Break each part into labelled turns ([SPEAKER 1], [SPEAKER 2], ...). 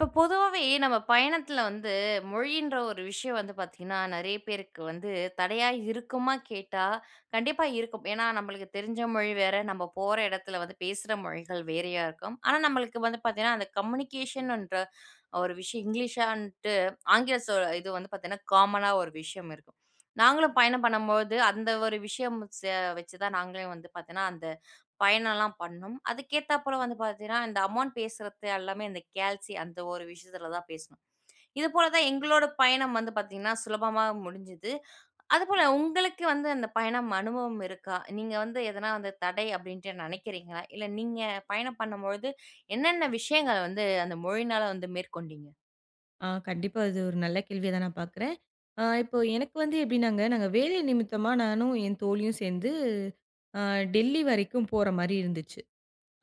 [SPEAKER 1] இப்போ பொதுவாவே நம்ம பயணத்துல வந்து மொழின்ற ஒரு விஷயம் வந்து பார்த்தீங்கன்னா, நெறைய பேருக்கு வந்து தடையா இருக்குமா கேட்டா, கண்டிப்பா இருக்கும். ஏன்னா நம்மளுக்கு தெரிஞ்ச மொழி வேற, நம்ம போற இடத்துல வந்து பேசுற மொழிகள் வேறையா இருக்கும். ஆனா நம்மளுக்கு வந்து பார்த்தீங்கன்னா, அந்த கம்யூனிகேஷன்ன்ற ஒரு விஷயம் இங்கிலீஷான்ட்டு ஆங்கில இது வந்து பார்த்தீங்கன்னா, காமனா ஒரு விஷயம் இருக்கும். நாங்களும் பயணம் பண்ணும்போது அந்த ஒரு விஷயம் வச்சு தான் நாங்களே வந்து பார்த்தீங்கன்னா, அந்த பயணம்லாம் பண்ணோம். அதுக்கேத்தாப்போல வந்து பார்த்தீங்கன்னா, இந்த அமௌண்ட் பேசுறது எல்லாமே இந்த கேல்சி அந்த ஒரு விஷயத்துல தான் பேசணும். இதுபோல தான் எங்களோட பயணம் வந்து பார்த்தீங்கன்னா, சுலபமா முடிஞ்சது. அதுபோல உங்களுக்கு வந்து அந்த பயணம் அனுபவம் இருக்கா? நீங்க வந்து எதனா அந்த தடை அப்படின்ட்டு நினைக்கிறீங்களா? இல்ல நீங்க பயணம் பண்ணும்பொழுது என்னென்ன விஷயங்கள வந்து அந்த மொழினால வந்து மேற்கொண்டீங்க?
[SPEAKER 2] கண்டிப்பா. அது ஒரு நல்ல கேள்வியா தான் நான் பார்க்குறேன். இப்போ எனக்கு வந்து எப்படின்னாங்க, நாங்க வேலை நிமித்தமா நானும் என் தோழியும் சேர்ந்து அ டெல்லி வரைக்கும் போற மாரி இருந்துச்சு.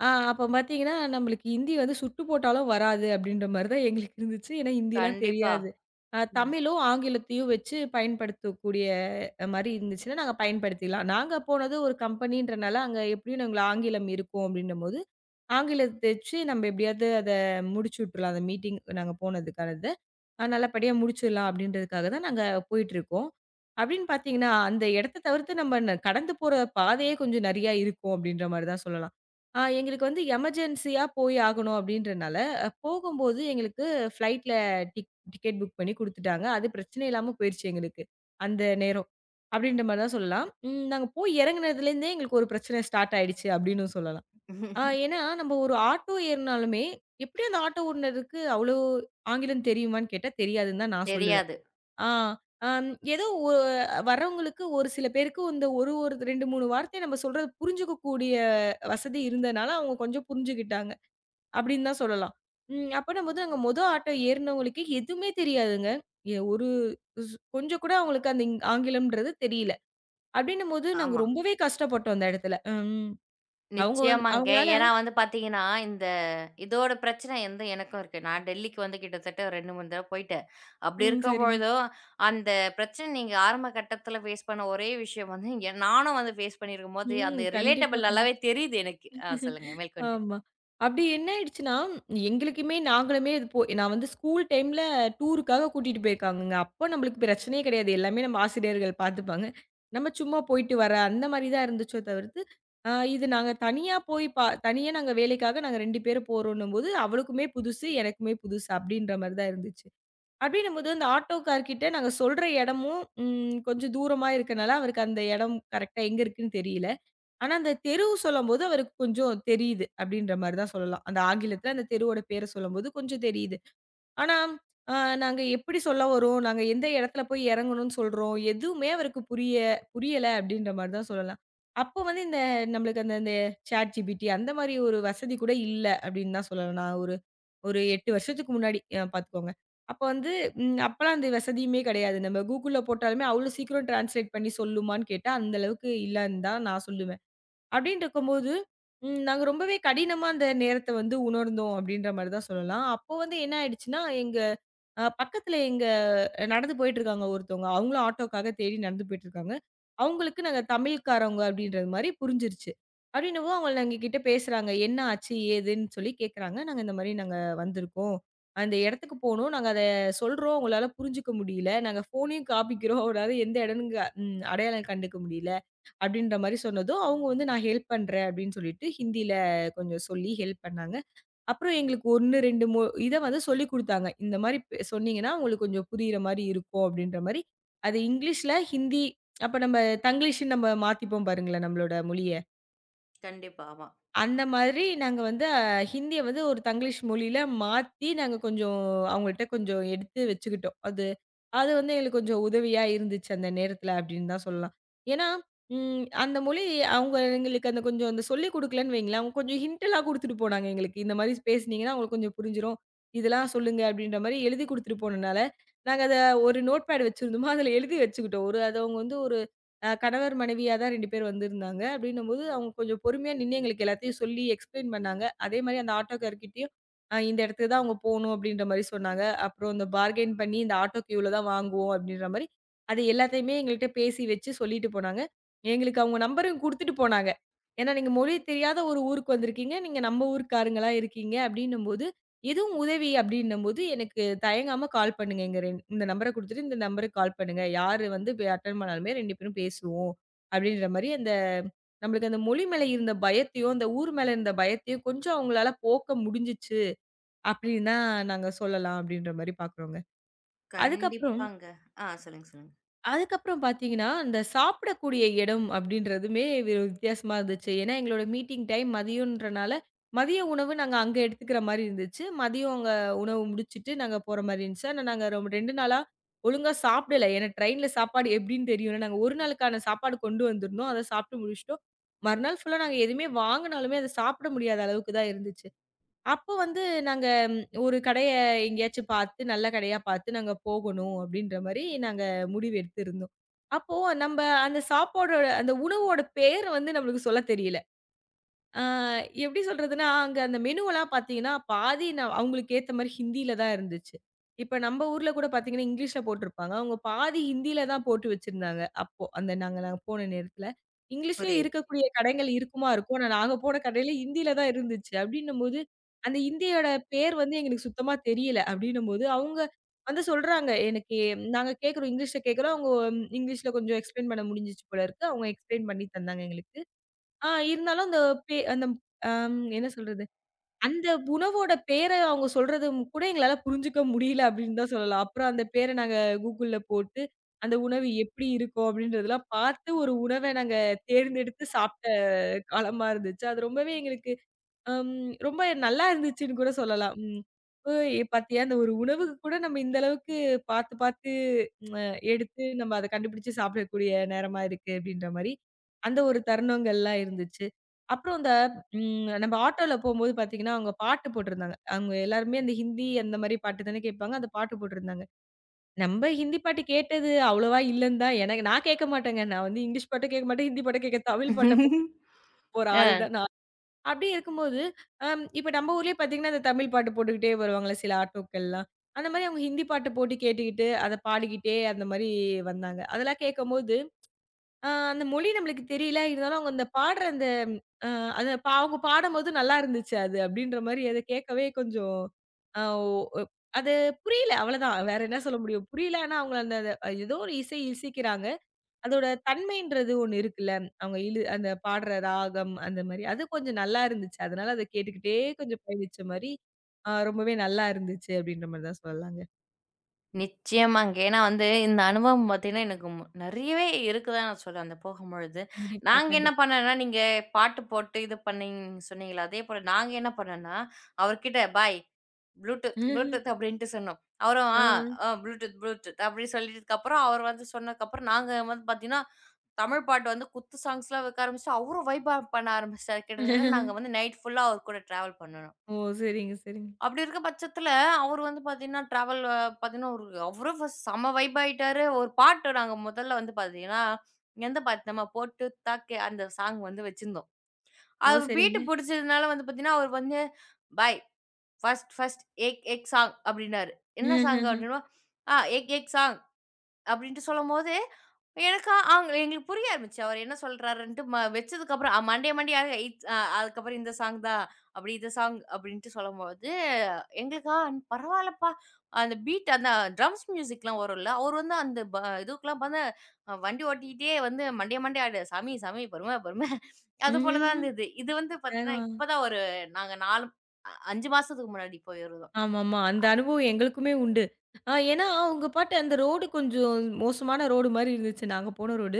[SPEAKER 2] அப்ப பார்த்தீங்கன்னா, நம்மளுக்கு ஹிந்தி வந்து சுட்டு போட்டாலும் வராது அப்படின்ற மாரி தான் எங்களுக்கு இருந்துச்சு. ஏன்னா ஹிந்திலாம்
[SPEAKER 1] கண்டிப்பா.
[SPEAKER 2] தெரியாது.
[SPEAKER 1] ம்.
[SPEAKER 2] தமிழும், ஆங்கிலத்தையும் வச்சு பயன்படுத்தக்கூடிய மாரி இருந்துச்சுன்னா, நாங்க பயன்படுத்திக்கலாம். நாங்க போனது ஒரு கம்பெனின்றனால, அங்க எப்படியும் நாங்க ஆங்கிலம் இருக்கும் அப்படின்னும்போது, ஆங்கிலத்த வச்சு நம்ம எப்படியாவது அத முடிச்சு விட்டுறலாம். அந்த மீட்டிங் நாங்க போனதுக்கானது. நல்லபடியா முடிச்சிடலாம் அப்படின்றதுக்காக தான் நாங்க போயிட்டுருக்கோம். அப்படின்னு பார்த்தீங்கன்னா, அந்த இடத்த தவிர்த்து நம்ம கடந்து போற பாதையே கொஞ்சம் நெறையா இருக்கும் அப்படின்ற மாரி தான் சொல்லலாம். எங்களுக்கு வந்து எமர்ஜென்சியா போய் ஆகணும் அப்படின்றனால, போகும்போது எங்களுக்கு ஃப்ளைட்ல டிக்கெட் புக் பண்ணி குடுத்துட்டாங்க. அது பிரச்சனை இல்லாம போயிருச்சு எங்களுக்கு. அந்த நேரம். அப்படின்ற மாரி தான் சொல்லலாம். நாங்க போய் இறங்குனதுலேருந்தே எங்களுக்கு ஒரு பிரச்சனை ஸ்டார்ட் ஆயிடுச்சு அப்படின்னு சொல்லலாம். ஏன்னா, நம்ம ஒரு ஆட்டோ ஏறுனாலுமே, எப்படி அந்த ஆட்டோ ஓட்டுனருக்கு அவ்ளோ ஆங்கிலம் தெரியுமான்னு கேட்டா, தெரியாதுன்னு தான் நான் சொல்லுவேன்.
[SPEAKER 1] தெரியாது.
[SPEAKER 2] ஆ, அம் ஏதோ ஒ வர்றவங்களுக்கு ஒரு சில பேருக்கு இந்த ஒரு 2, 3 வார்த்தை நம்ம சொல்றது புரிஞ்சுக்கக்கூடிய வசதி இருந்தனால, அவங்க கொஞ்சம் புரிஞ்சுக்கிட்டாங்க. அப்படின்னு தான் சொல்லலாம். அப்ப நம்ம வந்து நாங்க மொத ஆட்டோ ஏறுனவங்களுக்கு எதுவுமே தெரியாதுங்க. எ ஒரு ஸ் கொஞ்சம் கூட அவங்களுக்கு அந்த ஆங்கிலம்ன்றது தெரியல. அப்படின்னும்போது, நாங்க
[SPEAKER 1] ஆமா.
[SPEAKER 2] ரொம்பவே கஷ்டப்பட்டோம் அந்த இடத்துல. ம் அவங்க வந்
[SPEAKER 1] நிச்சயமாங்க.
[SPEAKER 2] அவங்களால
[SPEAKER 1] ஏன்னா வந்து பார்த்தீங்கன்னா, இந்த இதோட பிரச்சனை வந்து எனக்கும் இருக்கு. நான் டெல்லிக்கு வந்து கிட்டத்தட்ட 2, 3 தடவ போயிட்டேன். அப்படி
[SPEAKER 2] ம் சரிங்க.
[SPEAKER 1] இருக்கும்பொழுதும், அந்த பிரச்சனை நீங்க ஆரம்ப கட்டத்தில ஃபேஸ் பண்ண ஒரே விஷயம் வந்து, நானும் வந்து ஃபேஸ் பண்ணியிருக்கும்போது,
[SPEAKER 2] ம்.
[SPEAKER 1] அந்த
[SPEAKER 2] கண்டிப்பா,
[SPEAKER 1] ரிலேட்டபிள் நல்லாவே
[SPEAKER 2] கண்டிப்பா.
[SPEAKER 1] தெரியுது எனக்கு. ஆ சொல்லுங்க மேற்கொண்டு.
[SPEAKER 2] ஆமா. அப்படி என்ன ஆயிடுச்சுன்னா, எங்களுக்குமே நாங்களுமே இது போ நான் வந்து ஸ்கூல் டைம்ல டூருக்காக கூட்டிட்டு போயிருக்காங்கங்க. அப்போ நம்மளுக்கு பிரச்சனையே கிடையாது. எல்லாமே நம்ம ஆசிரியர்கள் பார்த்துப்பாங்க. நம்ம சும்மா போயிட்டு வர அந்த மாரி தான் இருந்துச்சோ தவிர்த்து, இது நாங்க தனியா போய் பா தனியா நாங்க வேலைக்காக நாங்க 2 பேரும் போறோன்னும்போது, அவளுக்குமே புதுசு, எனக்குமே புதுசு அப்படின்ற மாரி தான் இருந்துச்சு. அப்படின்னும்போது அந்த ஆட்டோக்கார்கிட்ட நாங்க சொல்ற இடமும் கொஞ்சம் தூரமா இருக்கனால, அவருக்கு அந்த இடம் கரெக்ட்டா எங்க இருக்குன்னு தெரியல. ஆனா, அந்த தெரு சொல்லும்போது அவருக்கு கொஞ்சம் தெரியுது. அப்படின்ற மாரி தான் சொல்லலாம். அந்த ஆங்கிலத்துல அந்த தெருவோட பேர சொல்லும்போது கொஞ்சம் தெரியுது. ஆனா, அ நாங்க எப்படி சொல்ல வரோம்? நாங்க எந்த இடத்துல போய் இறங்கணும்னு சொல்றோம்? எதுவுமே அவருக்கு புரியல அப்படின்ற மாரி தான் சொல்லலாம். அப்போ வந்து நம்மளுக்கு அந்த ChatGPT அந்த மாரி ஒரு வசதி கூட இல்ல அப்படின்னு தான் சொல்லலாம். நான் ஒரு ஒரு 8 வருஷத்துக்கு முன்னாடி பாத்துக்கோங்க. அப்ப வந்து அப்பலாம் அந்த வசதியுமே கிடையாது. நம்ம Googleல போட்டாலுமே அவ்வளோ சீக்கிரம் டிரான்ஸ்லேட் பண்ணி சொல்லுமான்னு கேட்டா, அந்த அளவுக்கு இல்லன்னு தான் நான் சொல்லுவேன். அப்டின்ட்டு இருக்கும்போது, நாங்க ரொம்பவே கடினமா அந்த நேரத்த வந்து உணர்ந்தோம் அப்டின்ற மாரி தான் சொல்லலாம். அப்போ வந்து என்ன ஆயிடுச்சுன்னா, எங்க அ பக்கத்துல எங்க நடந்து போயிட்டுருக்காங்க ஒருத்தவங்க. அவங்களும் ஆட்டோக்காக தேடி நடந்து போயிட்டுருக்காங்க. அவங்களுக்கு நாங்க தமிழ்க்காரவங்க அப்டின்றது மாரி புரிஞ்சிருச்சு. அப்டின்னவும் அவங்க எங்ககிட்ட பேசுறாங்க. "என்ன ஆச்சு? ஏதுன்னு?" சொல்லி கேட்குறாங்க. நாங்க இந்த மாரி நாங்க வந்திருக்கோம். அந்த இடத்துக்கு போணும். நாங்க அத சொல்றோம். உங்களால புரிஞ்சுக்க முடியல. நாங்க ஃபோனையும் காமிக்கிறோம். உங்களால எந்த இடம்னு க ம் அடையாளம் கண்டுக்க முடியல. அப்படின்ற மாரி சொன்னதும், அவங்க வந்து "நான் ஹெல்ப் பண்றேன்" அப்படின்னு சொல்லிட்டு ஹிந்தியில கொஞ்சம் சொல்லி ஹெல்ப் பண்ணாங்க. அப்புறம் எங்களுக்கு 1, 2 மொ இத வந்து சொல்லிக் குடுத்தாங்க. இந்த மாரி சொன்னீங்கன்னா, உங்களுக்கு கொஞ்சம் புரியிற மாரி இருக்கும் அப்படின்ற மாரி. அது இங்கிலீஷ்ல, ஹிந்தி அப்ப நம்ம தங்கிலீஷ்ன்னு நம்ம மாத்திப்போம் பாருங்களேன் நம்மளோட மொழிய.
[SPEAKER 1] கண்டிப்பா. ஆமா.
[SPEAKER 2] அந்த மாதிரி நாங்க வந்து ஹிந்திய வந்து ஒரு தங்கிலீஷ் மொழியில மாத்தி, நாங்க கொஞ்சம் அவங்கள்ட்ட கொஞ்சம் எடுத்து வச்சுக்கிட்டோம். அது அது வந்து எங்களுக்கு கொஞ்சம் உதவியா இருந்துச்சு அந்த நேரத்துல அப்படின்னு தான் சொல்லலாம். ஏன்னா, ம் அந்த மொழி அவங்க எங்களுக்கு அந்த கொஞ்சம் அந்த சொல்லிக் குடுக்கலன்னு வைங்களேன், அவங்க கொஞ்சம் ஹிண்ட்டெல்லாம் குடுத்துட்டு போனாங்க எங்களுக்கு. இந்த மாதிரி பேசுனீங்கன்னா அவங்களுக்கு கொஞ்சம் புரிஞ்சிரும். இதெல்லாம் சொல்லுங்க அப்படின்ற மாரி எழுதி குடுத்துட்டு போனனால, நாங்க அத ஒரு நோட்பேட் வச்சிருந்தோமா, அதுல எழுதி வச்சுக்கிட்டோம். ஒரு அது அவங்க வந்து ஒரு அ கணவர், மனைவியா தான் 2 பேர் வந்திருந்தாங்க. அப்டின்னும்போது, அவங்க கொஞ்சம் பொறுமையா நின்னு எங்களுக்கு எல்லாத்தையும் சொல்லி எக்ஸ்ப்ளைன் பண்ணாங்க. அதே மாரி அந்த ஆட்டோக்காரர்கிட்டயும், இந்த இடத்துக்கு தான் அவங்க போணும் அப்டின்ற மாரி சொன்னாங்க. அப்புறம் இந்த பார்கெயின் பண்ணி இந்த ஆட்டோக்கு இவ்ளோ தான் வாங்குவோம் அப்டின்ற மாரி, அது எல்லாத்தையுமே எங்கள்ட்ட பேசி வச்சு சொல்லிட்டு போனாங்க. எங்களுக்கு அவங்க நம்பரும் குடுத்துட்டு போனாங்க. ஏன்னா, நீங்க மொழி தெரியாத ஒரு ஊருக்கு வந்திருக்கீங்க. நீங்க நம்ம ஊர்க்காரங்களா இருக்கீங்க அப்டின்னும்போது எதுவும் உதவி அப்படின்னும்போது எனக்கு தயங்காம கால் பண்ணுங்க. "எங்க ரெண் இந்த நம்பர குடுத்துட்டு, இந்த நம்பருக்கு கால் பண்ணுங்க. யாரு வந்து அட்டெண்ட் பண்ணாலுமே 2 பேரும் பேசுவோம்." அப்படின்ற மாரி அந்த நம்மளுக்கு அந்த மொழி மேல இருந்த பயத்தையோ, அந்த ஊர் மேல இருந்த பயத்தையோ கொஞ்சம் அவங்களால போக்க முடிஞ்சுச்சு அப்படின்னு தான் நாங்க சொல்லலாம் அப்படின்ற மாரி பார்க்குறோங்க. அதுக்கப்புறம்
[SPEAKER 1] கண்டிப்பாங்க. ஆ சொல்லுங்க, சொல்லுங்க.
[SPEAKER 2] அதுக்கப்புறம் பார்த்தீங்கன்னா, அந்த சாப்பிடக்கூடிய இடம் அப்படின்றதுமே வித்தியாசமா இருந்துச்சு. ஏன்னா, எங்களோட மீட்டிங் டைம் மதியம்ன்றனால, மதிய உணவு நாங்க அங்க எடுத்துக்கிற மாரி இருந்துச்சு. மதியம் அங்க உணவு முடிச்சுட்டு நாங்க போற மாரி இருந்துச்சு. ஆனா, நாங்க 2 நாளா ஒழுங்கா சாப்பிடல. ஏன்னா ட்ரெயின்ல சாப்பாடு எப்படின்னு தெரியும்ல. நாங்க ஒரு நாளுக்கான சாப்பாடு கொண்டு வந்திருந்தோம். அத சாப்பிட்டு முடிச்சுட்டோம். மறுநாள் ஃபுல்லா நாங்க எதுவுமே வாங்குனாலுமே அத சாப்பிட முடியாத அளவுக்கு தான் இருந்துச்சு. அப்போ வந்து நாங்க ம், ஒரு கடைய எங்கேயாச்சும் பார்த்து, நல்ல கடையா பார்த்து நாங்க போகணும் அப்படின்ற மாரி நாங்க முடிவு எடுத்திருந்தோம். அப்போ நம்ப அந்த சாப்பாடோட அந்த உணவோட பேர் வந்து நம்மளுக்கு சொல்ல தெரியல. ஆ எப்படி சொல்றதுன்னா, அங்க அந்த மெனுவெல்லாம் பார்த்தீங்கன்னா, பாதி அவங்களுக்கு ஏத்த மாரி ஹிந்தியில தான் இருந்துச்சு. இப்ப நம்ம ஊர்ல கூட பார்த்தீங்கன்னா, இங்கிலீஷ்ல போட்டிருப்பாங்க. அவங்க பாதி ஹிந்தியில தான் போட்டு வச்சிருந்தாங்க. அப்போ அந்த நாங்க நாங்க போன நேரத்துல. இங்கிலீஷ்லயே
[SPEAKER 1] புரியுது.
[SPEAKER 2] இருக்கக்கூடிய கடைகள் இருக்குமா இருக்கும். ஆனா நாங்க போன கடையில ஹிந்தியில தான் இருந்துச்சு. அப்படின்னும்போது, அந்த ஹிந்தியோட பேர் வந்து எங்களுக்கு சுத்தமா தெரியல. அப்படின்னும்போது, அவங்க வந்து சொல்றாங்க. எனக்கு நாங்க கேட்கிறோம் இங்கிலீஷ்ல கேட்கிறோம். அவங்க இங்கிலீஷ்ல கொஞ்சம் எக்ஸ்பிளைன் பண்ண முடிஞ்சுச்சு போல இருக்கு. அவங்க எக்ஸ்பிளைன் பண்ணி தந்தாங்க எங்களுக்கு. இருந்தாலும் அந்த பே அந்த அம் என்ன சொல்றது? அந்த உணவோட பேர அவங்க சொல்றதும் கூட எங்களால புரிஞ்சுக்க முடியல அப்படின்னு தான் சொல்லலாம். அப்புறம் அந்த பேர நாங்க Googleல போட்டு, அந்த உணவு எப்படி இருக்கும் அப்படின்றதெல்லாம் பார்த்து ஒரு உணவ நாங்க தேர்ந்தெடுத்து சாப்பிட்ட காலமா இருந்துச்சு. அது ரொம்பவே எங்களுக்கு அம் ரொம்ப நல்லா இருந்துச்சுன்னு கூட சொல்லலாம். ம். "ஓய்! பாத்தியா இந்த ஒரு உணவுக்கு கூட நம்ம இந்த அளவுக்கு பாத்து பாத்து அ எடுத்து நம்ம அத கண்டுபிடிச்சு சாப்பிடக்கூடிய நேரமா இருக்கு." அப்படின்ற மாரி, அந்த ஒரு தருணங்கள்லாம் இருந்துச்சு. அப்புறம் அந்த நம்ம ஆட்டோல போம்போது பாத்தீங்கன்னா, அவங்க பாட்டு போட்டிருந்தாங்க. அவங்க எல்லாருமே அந்த ஹிந்தி அந்த மாரி பாட்டு தானே கேட்பாங்க. அந்த பாட்டு போட்டிருந்தாங்க. நம்ம ஹிந்தி பாட்டு கேட்டது அவ்வளவா இல்லன்னு தான் எனக்கு நான் கேட்க மாட்டேங்க. நான் வந்து இங்கிலீஷ் பாட்டும் கேட்க மாட்டேன், ஹிந்தி பாட்டும் கேட்க தமிழ் பாட்ட போற ஆள் தான் நான். அப்படி இருக்கும்போது, இப்ப நம்ம ஊர்லயே பார்த்தீங்கன்னா, அந்த தமிழ் பாட்டு போட்டுக்கிட்டே வருவாங்கல்ல சில ஆட்டோக்கள்லாம். அந்த மாரி அவங்க ஹிந்தி பாட்டு போட்டு கேட்டுக்கிட்டு, அத பாடிக்கிட்டே அந்த மாரி வந்தாங்க. அதெல்லாம் கேட்கும்போது, அந்த மொழி நம்மளுக்கு தெரியல. இருந்தாலும் அவங்க அந்த பாடுற அந்த அ அத ப அவங்க பாடும்போது நல்லா இருந்துச்சு அது அப்படின்ற மாரி அத கேட்கவே கொஞ்சம் அ ஒ அது புரியல அவ்வளோதான். வேற என்ன சொல்ல முடியும்? புரியல. ஆனா அவங்க அந்த அத ஏதோ ஒரு இசை இசைக்கிறாங்க. அதோட தன்மைன்றது ஒண்ணு இருக்குல்ல. அவங்க அந்த பாடுற ராகம் அந்த மாரி. அது கொஞ்சம் நல்லா இருந்துச்சு. அதனால அத கேட்டுக்கிட்டே கொஞ்சம் பயணிச்ச மாரி, ரொம்பவே நல்லா இருந்துச்சு அப்டின்ற மாரி தான் சொல்லலாங்க.
[SPEAKER 1] நிச்சயமாங்க. ஏன்னா வந்து இந்த அனுபவம் பார்த்தீங்கன்னா, எனக்கு நெறையவே இருக்குதான் நான் சொல்லுவேன், அந்த போகும்பொழுது.
[SPEAKER 2] கண்டிப்பா,
[SPEAKER 1] நாங்க என்ன
[SPEAKER 2] கண்டிப்
[SPEAKER 1] பண்ணோம்னா, நீங்க பாட்டு போட்டு இது பண்ணீங்கன்னு சொன்னீங்கல்ல, அதேபோல நாங்க என்ன பண்ணோம்னா, அவர்கிட்ட "பாய் ப்ளூடூத், ப்ளூடூத்" அப்படின்ட்டு சொன்னோம். அவரும்
[SPEAKER 2] ஆ.
[SPEAKER 1] "ஆ, ப்ளூடூத், ப்ளூடூத்" அப்படி சொல்லிட்டதுக்கப்புறம், அவர் வந்து சொன்னதுக்கப்புறம் நாங்க வந்து பார்த்தீங்கன்னா, தமிழ் பாட்டு வந்து குத்து சாங்ஸ்லாம் வைக்க ஆரம்பிச்சுட்டோம். அவரும் பண்ண ஆரம்பிச்சுட்டாரு. கிட்டத்தட்ட நாங்க வந்து நைட் ஃபுல்லா அவர் கூட ட்ராவல் பண்ணுனோம்.
[SPEAKER 2] ஓ! சரிங்க, சரிங்க.
[SPEAKER 1] அப்படி இருக்க பட்சத்துல, அவரு வந்து பாத்தீங்கன்னா, ஒரு அவரும் ஃபர்ஸ்ட் செம்ம வைப் ஆயிட்டாரு. ஒரு பாட்டு நாங்க முதல்ல வந்து பாத்தீங்கன்னா, எந்த பாட்டு நம்ம "போட்டு தாக்கே" அந்த சாங் வந்து வச்சிருந்தோம்.
[SPEAKER 2] ஓ!
[SPEAKER 1] அது பீட்
[SPEAKER 2] சரிங்க.
[SPEAKER 1] புடிச்சதுனால வந்து பாத்தீங்கன்னா, அவரு வந்து "பாய் ஃபர்ஸ்ட் ஃபர்ஸ்ட் ஏக் ஏக் சாங்" அப்படின்னாரு. "என்ன சாங்?" அப்படின்னா, "ஆ ஏக் ஏக் சாங்." அப்டின்ட்டு சொல்லும்போது, எனக்கு அங்க எங்களுக்கு புரிய ஆரம்பிச்சு. அவரு என்ன சொல்றாருன்ட்டு வச்சதுக்கப்புறம் மண்டைய மண்டைய இட்ஸ் அ அதுக்கப்புறம் இந்த சாங் தான். அப்படி இந்த சாங் அப்படின்ட்டு சொல்லும்போது, எங்களுக்கா பரவால்லப்பா! அந்த பீட் அந்த ட்ரம்ஸ் மியூசிக்லாம் வரும்ல, அவரு வந்து அந்த இதுக்கெல்லாம் பாத்தா வண்டி ஓட்டிக்கிட்டே வந்து மண்டைய மண்டைய ஆடு. சாமி சாமி பொறும பொறும. அது போல
[SPEAKER 2] ம்ஹும்.
[SPEAKER 1] தான்
[SPEAKER 2] ம்ஹும்.
[SPEAKER 1] இருந்தது. இது வந்து பாத்தீங்கன்னா, இப்ப தான் நாங்க 4 5 மாசத்துக்கு முன்னாடி போயிருந்தோம்.
[SPEAKER 2] ஆமாமா. அந்த அனுபவம் எங்களுக்குமே உண்டு. ஏன்னா, அவங்க பாட்டு அந்த ரோடு கொஞ்சம் மோசமான ரோடு மாரி இருந்துச்சு. நாங்க போன ரோடு.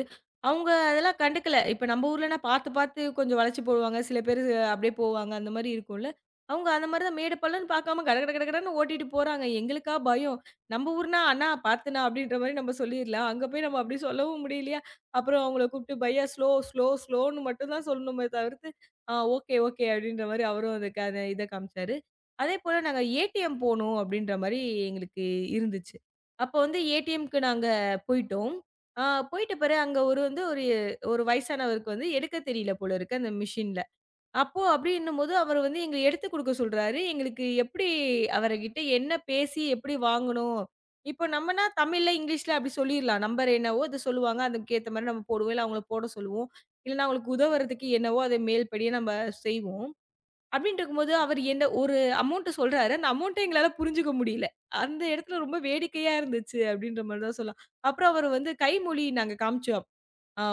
[SPEAKER 2] அவங்க அதெல்லாம் கண்டுக்கல. இப்ப நம்ம ஊர்லனா பார்த்து, பார்த்து கொஞ்சம் வளைச்சு போடுவாங்க. சில பேரு அப்படியே போவாங்க. அந்த மாரி இருக்கும்ல. அவங்க அந்த மாரி தான் மேடு பள்ளம்ன்னு பார்க்காம கட கட கட கடன்னு ஓட்டிட்டு போறாங்க. எங்களுக்கா பயம். நம்ம ஊர்னா, "அண்ணா பார்த்துண்ணா" அப்படின்ற மாரி நம்ம சொல்லிர்லாம். அங்க போய் நம்ம அப்படி சொல்லவும் முடியலையா? அப்புறம் அவங்கள கூப்பிட்டு "பையா ஸ்லோ, ஸ்லோ, ஸ்லோன்னு" மட்டும் தான் சொல்லணுமே தவிர்த்து, "ஆ ஓகே, ஓகே" அப்படின்ற மாரி அவரும் அதுக்கான இத காமிச்சாரு. அதேபோல நாங்க ஏடிஎம் போணும் அப்படின்ற மாரி எங்களுக்கு இருந்துச்சு. அப்போ வந்து ஏடிஎம்க்கு நாங்க போயிட்டோம். ஆ போயிட்ட பிறகு அங்க ஒரு வயசானவருக்கு வந்து எடுக்க தெரியல போல இருக்கு அந்த மிஷின்ல. அப்போ அப்படின்னும்போது அவரு வந்து எங்கள எடுத்து குடுக்க சொல்றாரு. எங்களுக்கு எப்படி அவர்கிட்ட என்ன பேசி எப்படி வாங்கணும்? இப்போ நம்மனா தமிழ்ல, இங்கிலீஷ்ல அப்படி சொல்லிர்லாம். நம்பர் என்னவோ அத சொல்லுவாங்க. அதுக்கேத்த மாரி நம்ம போடுவோம். இல்ல அவங்கள போட சொல்லுவோம். இல்லன்னா அவங்களுக்கு உதவுறதுக்கு என்னவோ அத மேல்படியே நம்ம செய்வோம். அப்டின்ட்டு இருக்கும்போது, அவரு என்ன ஒரு அமௌண்ட் சொல்றாரு. அந்த அமௌண்ட்ட எங்களால புரிஞ்சுக்க முடியல. அந்த இடத்துல ரொம்ப வேடிக்கையா இருந்துச்சு அப்டின்ற மாரி தான் சொல்லலாம். அப்புறம் அவரு வந்து கைமொழி நாங்க காமிச்சோம். ஆ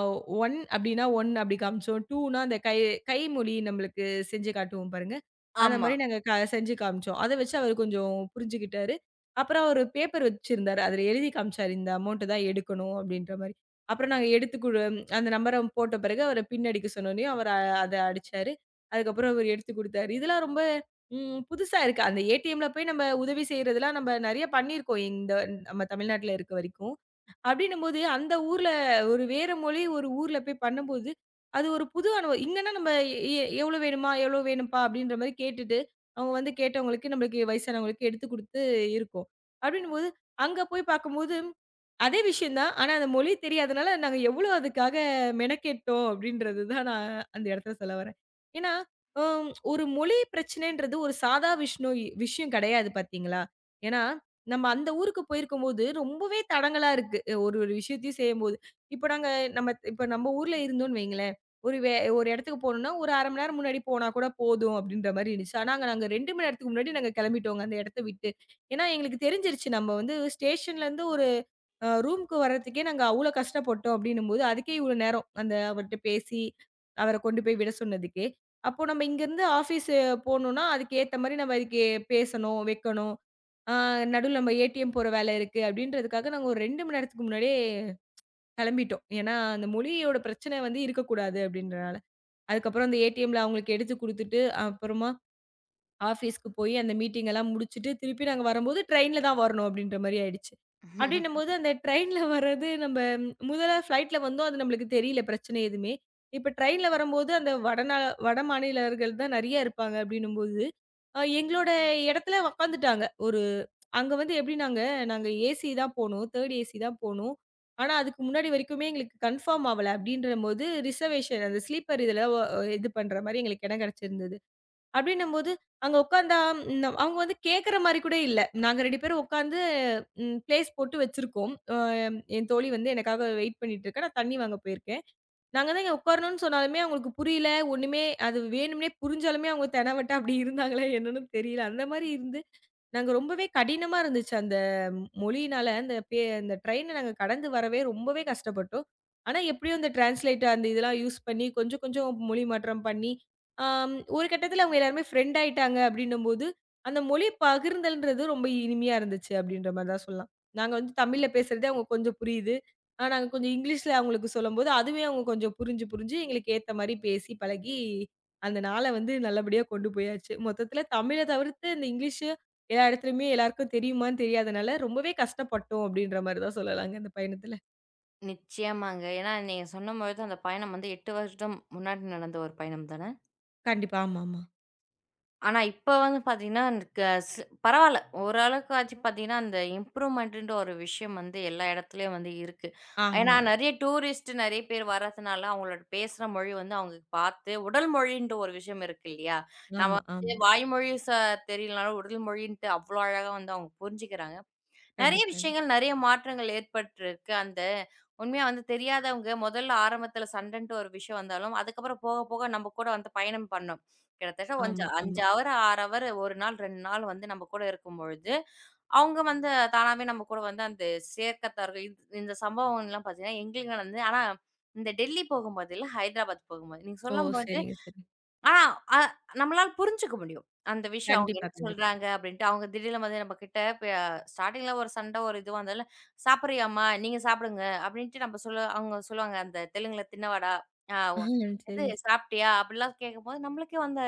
[SPEAKER 2] 1 அப்டின்னா 1 அப்டி காமிச்சோம். 2ன்னா அந்த கைமொழி நம்மளுக்கு செஞ்சு காட்டுவோம் பாருங்க. அந்த
[SPEAKER 1] ஆமா.
[SPEAKER 2] மாரி நாங்க செஞ்சு காமிச்சோம். அத வச்சு அவரு கொஞ்சம் புரிஞ்சுகிட்டாரு. அப்புறம் அவரு பேப்பர் வச்சிருந்தாரு. அதுல எழுதி காமிச்சாரு. இந்த அமௌண்ட் தான் எடுக்கணும் அப்டின்ற மாரி. அப்புறம் நாங்க எடுத்து குடு அந்த நம்பர போட்ட பிறகு அவர பின் அடிக்க சொன்னோனயும் அவரு அத அடிச்சாரு. அதுக்கப்புறம் அவரு எடுத்து குடுத்தாரு. இதெல்லாம் ரொம்ப புதுசா இருக்கு. அந்த ஏடிஎம்ல போய் நம்ம உதவி செய்றதெல்லாம் நம்ம நெறைய பண்ணியிருக்கோம். இந்த நம்ம தமிழ்நாட்டுல இருக்க வரைக்கும். அப்படின்னும்போது, அந்த ஊர்ல ஒரு வேற மொழி ஒரு ஊர்ல போய் பண்ணும்போது, அது ஒரு புது அனுபவம். இங்கன்னா நம்ம எவ்வளோ வேணுமா? எவ்வளோ வேணும்ப்பா? அப்படின்ற மாரி கேட்டுட்டு, அவங்க வந்து கேட்டவங்களுக்கு நம்மளுக்கு வயசானவங்களுக்கு எடுத்து குடுத்து இருக்கோம். அப்படின்னும்போது, அங்க போய் பார்க்கும்போது அதே விஷயம் தான். ஆனா அந்த மொழி தெரியாதனால, நாங்க எவ்ளோ அதுக்காக மெனக்கெட்டோம் அப்படின்றது தான் நான் அந்த இடத்துல சொல்ல வரேன். ஏன்னா, அ ஒரு மொழி பிரச்சனைன்றது ஒரு சாதா விஷயம் கிடையாது பார்த்தீங்களா? ஏன்னா, நம்ம அந்த ஊருக்கு போயிருக்கும்போது ரொம்பவே தடங்கலா இருக்கு. ஒரு ஒரு விஷயத்தையும் செய்யும்போது. இப்ப நாங்க இப்ப நம்ம ஊர்ல இருந்தோம்னு வைங்களேன், ஒரு வே ஒரு இடத்துக்கு போணும்னா, ஒரு 1/2 மணி நேரம் முன்னாடி போனா கூட போதும் அப்படின்ற மாரி இருந்துச்சு. ஆனா, அங்க நாங்க 2 மணி நேரத்துக்கு முன்னாடி நாங்க கிளம்பிட்டோங்க அந்த இடத்த விட்டு. ஏன்னா, எங்களுக்கு தெரிஞ்சிருச்சு நம்ம வந்து ஸ்டேஷன்லேருந்து ஒரு ரூம்க்கு வர்றதுக்கே நாங்க அவ்ளோ கஷ்டப்பட்டோம் அப்டின்னும்போது, அதுக்கே இவ்ளோ நேரம். அந்த அவர்ட்ட பேசி, அவர கொண்டு போய் விட சொன்னதுக்கே. அப்போ நம்ம இங்கருந்து ஆஃபீஸு போணும்னா, அதுக்கு ஏத்த மாரி நம்ம அதுக்கு பேசணும், வைக்கணும். ஆ நடுவுல நம்ம ஏடிஎம் போற வேல இருக்கு அப்டின்றதுக்காக நாங்க ஒரு 2 மணி நேரத்துக்கு முன்னாடியே கெளம்பிட்டோம். ஏன்னா, அந்த மொழியோட பிரச்சனை வந்து இருக்கக்கூடாது அப்டின்றனால. அதுக்கப்புறம் அந்த ஏடிஎம்ல அவங்களுக்கு எடுத்து குடுத்துட்டு, அப்புறமா ஆஃபீஸ்க்கு போயி அந்த மீட்டிங் எல்லாம் முடிச்சுட்டு, திருப்பி நாங்க வரும்போது ட்ரெயின்ல தான் வரணும் அப்டின்ற மாரி ஆயிடுச்சு. அப்டின்னும்போது அந்த ட்ரெயின்ல வர்றது நம்ம முதல்ல ஃப்ளைட்ல வந்தோம். அது நம்மளுக்கு தெரியல பிரச்சனை எதுவுமே. இப்ப ட்ரெயின்ல வரும்போது அந்த வட மாநிலர்கள் தான் நெறைய இருப்பாங்க அப்டின்னும்போது, எங்களோட இடத்துல உக்காந்துட்டாங்க. அங்க வந்து எப்டினாங்க, நாங்க நாங்க ஏசி தான் போனோம். 3 ஏசி தான் போனோம். ஆனா, அதுக்கு முன்னாடி வரைக்குமே எங்களுக்கு கன்ஃபார்ம் ஆவல. அப்டின்றபோது ரிசர்வேஷன் அந்த ஸ்லீப்பர் இது பண்ற மாரி எங்களுக்கு இடம் கிடைச்சிருந்தது. அப்டின்னும்போது, அங்க உட்கார்ந்தா ந அவங்க வந்து கேட்கற மாரி கூட இல்ல. நாங்க 2 பேரும் உட்கார்ந்து பிளேஸ் போட்டு வச்சிருக்கோம். என் தோழி வந்து எனக்காக வெயிட் பண்ணிட்டு இருக்கா. நான் தண்ணி வாங்க போயிருக்கேன். நாங்க தான் இங்க உட்காரணும்னு சொன்னாலுமே அவங்களுக்கு புரியல. ஒண்ணுமே அது வேணும்னே புரிஞ்சாலுமே அவங்க தெனவெட்டா அப்டி இருந்தாங்களா என்னன்னு தெரியல. அந்த மாரி இருந்து நாங்க ரொம்பவே கடினமா இருந்துச்சு அந்த மொழியினால, அந்த பே அந்த ட்ரெயின நாங்க கடந்து வரவே ரொம்பவே கஷ்டப்பட்டோம். ஆனா, எப்படியோ அந்த டிரான்ஸ்லேட் அந்த இதெல்லாம் யூஸ் பண்ணி கொஞ்சம் கொஞ்சம் மொழி மாற்றம் பண்ணி, ஒரு கட்டத்தில அவங்க எல்லாருமே ஃப்ரெண்ட் ஆயிட்டாங்க அப்படின்னும்போது, அந்த மொழி பகிர்ந்தல்ன்றது ரொம்ப இனிமையா இருந்துச்சு அப்படின்ற மாரி தான் சொல்லலாம். நாங்க வந்து தமிழ்ல பேசுறது அவங்க கொஞ்சம் புரியுது. ஆனா, நாங்க கொஞ்சம் இங்கிலீஷ்ல அவங்களுக்கு சொல்லும்போது, அதுவே அவங்க கொஞ்சம் புரிஞ்சு புரிஞ்சு எங்களுக்கு ஏத்த மாரி பேசி பழகி, அந்த நாள வந்து நல்லபடியா கொண்டு போயாச்சு. மொத்தத்தில தமிழ தவிர்த்து இந்த இங்கிலீஷு எல்லா இடத்துலயுமே எல்லாருக்கும் தெரியுமான்னு தெரியாதனால, ரொம்பவே கஷ்டப்பட்டோம் அப்படின்ற மாரி தான் சொல்லலாங்க இந்த பயணத்துல.
[SPEAKER 1] நிச்சயமாங்க. ஏன்னா, நீங்க சொன்னபோது அந்த பயணம் வந்து 8 வருடம் முன்னாடி நடந்த ஒரு பயணம் தான.
[SPEAKER 2] கண்டிப்பா. ஆமாமா.
[SPEAKER 1] ஆனா, இப்ப வந்து பார்த்தீங்கன்னா, க ஸ் பரவால்ல. ஓரளவுக்காச்சும் பார்த்தீங்கன்னா, அந்த இம்ப்ரூவ்மெண்ட்டுன்ற ஒரு விஷயம் வந்து எல்லா இடத்துலயும் வந்து இருக்கு. ஏன்னா,
[SPEAKER 2] ஆமா.
[SPEAKER 1] நெறைய டூரிஸ்ட் நெறைய பேர் வர்றதுனால, அவங்களோட பேசுற மொழி வந்து அவங்களுக்கு பார்த்து உடல் மொழின்ற ஒரு விஷயம் இருக்கு இல்லையா?
[SPEAKER 2] ஆமா,
[SPEAKER 1] நம்ம
[SPEAKER 2] ஆமா. ஆமா
[SPEAKER 1] வந்து வாய்மொழி தெரியலனாலும் உடல் மொழின்ட்டு அவ்ளோ அழகா வந்து அவங்க புரிஞ்சுக்கிறாங்க. நெறைய
[SPEAKER 2] கண்டிப்பா.
[SPEAKER 1] விஷயங்கள், நெறைய மாற்றங்கள் ஏற்பட்டிருக்கு. அந்த உண்மையா வந்து தெரியாதவங்க முதல்ல ஆரம்பத்தில சண்டன்ட்டு ஒரு விஷயம் வந்தாலும், அதுக்கப்புறம் போக போக நம்ம கூட வந்து பயணம் பண்ணோம். கிட்டத்தட்ட கொஞ்ச
[SPEAKER 2] ஆமா, ஆமா.
[SPEAKER 1] 5 ஹவர், 6 ஹவர் 1 நாள், 2 நாள் வந்து நம்ம கூட இருக்கும்பொழுது, அவங்க வந்து தானாவே நம்ம கூட வந்து அந்த சேர்க்கத்தார்கள் இந்த சம்பவம்லாம் பார்த்தீங்கன்னா, எங்களுக்கு வந்து ஆனா இந்த டெல்லி போகும்போது இல்ல, ஹைதராபாத் போகும்போது. நீங்க
[SPEAKER 2] ஓ!
[SPEAKER 1] சொல்லும்போது
[SPEAKER 2] சரிங்க, சரிங்க.
[SPEAKER 1] ஆனா, அ நம்மளால புரிஞ்சுக்க முடியும். அந்த விஷயம் அவங்க
[SPEAKER 2] கண்டிப்பா,
[SPEAKER 1] என்ன
[SPEAKER 2] கண்டிப்பா.
[SPEAKER 1] சொல்றாங்க அப்படின்ட்டு. அவங்க திடீர்னு வந்து நம்மகிட்ட இப்ப ஸ்டார்ட்டிங்ல ஒரு சண்டை, ஒரு இதுவா இருந்தாலும், "சாப்பிடுறியாம்மா? நீங்க சாப்பிடுங்க" அப்படின்ட்டு நம்ம சொல்ல அவங்க சொல்லுவாங்க. அந்த தெலுங்குல "தின்னவாடா" ஆ ஒ
[SPEAKER 2] ஆஹ் சரிங்க.
[SPEAKER 1] இது
[SPEAKER 2] சரி.
[SPEAKER 1] "சாப்பிட்டியா?" அப்படிலாம் கேட்கும்போது, நம்மளுக்கே வந்து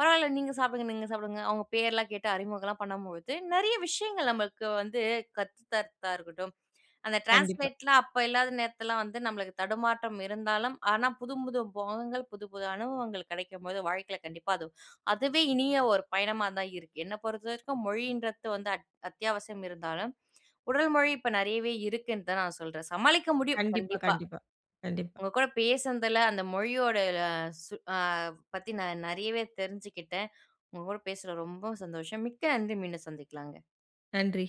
[SPEAKER 1] பரவாயில்ல நீங்க சாப்பிடுங்க, நீங்க சாப்பிடுங்க. அவங்க பேர்லாம் கேட்டு அறிமுகம்லாம் பண்ணும்பொழுது, நெறைய விஷயங்கள் நம்மளுக்கு வந்து கத்து தரதா இருக்கட்டும். அந்த
[SPEAKER 2] கண்டிப்பா.
[SPEAKER 1] டிரான்ஸ்லேட்லாம் அப்ப இல்லாத நேரத்துலலாம் வந்து நம்மளுக்கு தடுமாற்றம் இருந்தாலும், ஆனா புது புது முகங்கள், புது புது அனுபவங்கள் கிடைக்கும்போது வாழ்க்கையில கண்டிப்பா அதுவே இனிய ஒரு பயணமா தான் இருக்கு. என்ன பொறுத்தவரைக்கும் மொழின்றது வந்து அத்தியாவசியம் இருந்தாலும், உடல் மொழி இப்ப நெறையவே இருக்குன்னு தான் நான் சொல்றேன். சமாளிக்க முடியும்
[SPEAKER 2] கண்டிப்பா,
[SPEAKER 1] கண்டிப்பா.
[SPEAKER 2] கண்டிப்பா, கண்டிப்பா.
[SPEAKER 1] உங்க கூட பேசுனதுல அந்த மொழியோட சு அ பத்தி நான் நெறையவே தெரிஞ்சுக்கிட்டேன். உங்க கூட பேசுனது ரொம்ப சந்தோஷம். மிக்க நன்றி. மீண்டும் சந்திக்கலாங்க.
[SPEAKER 2] நன்றி.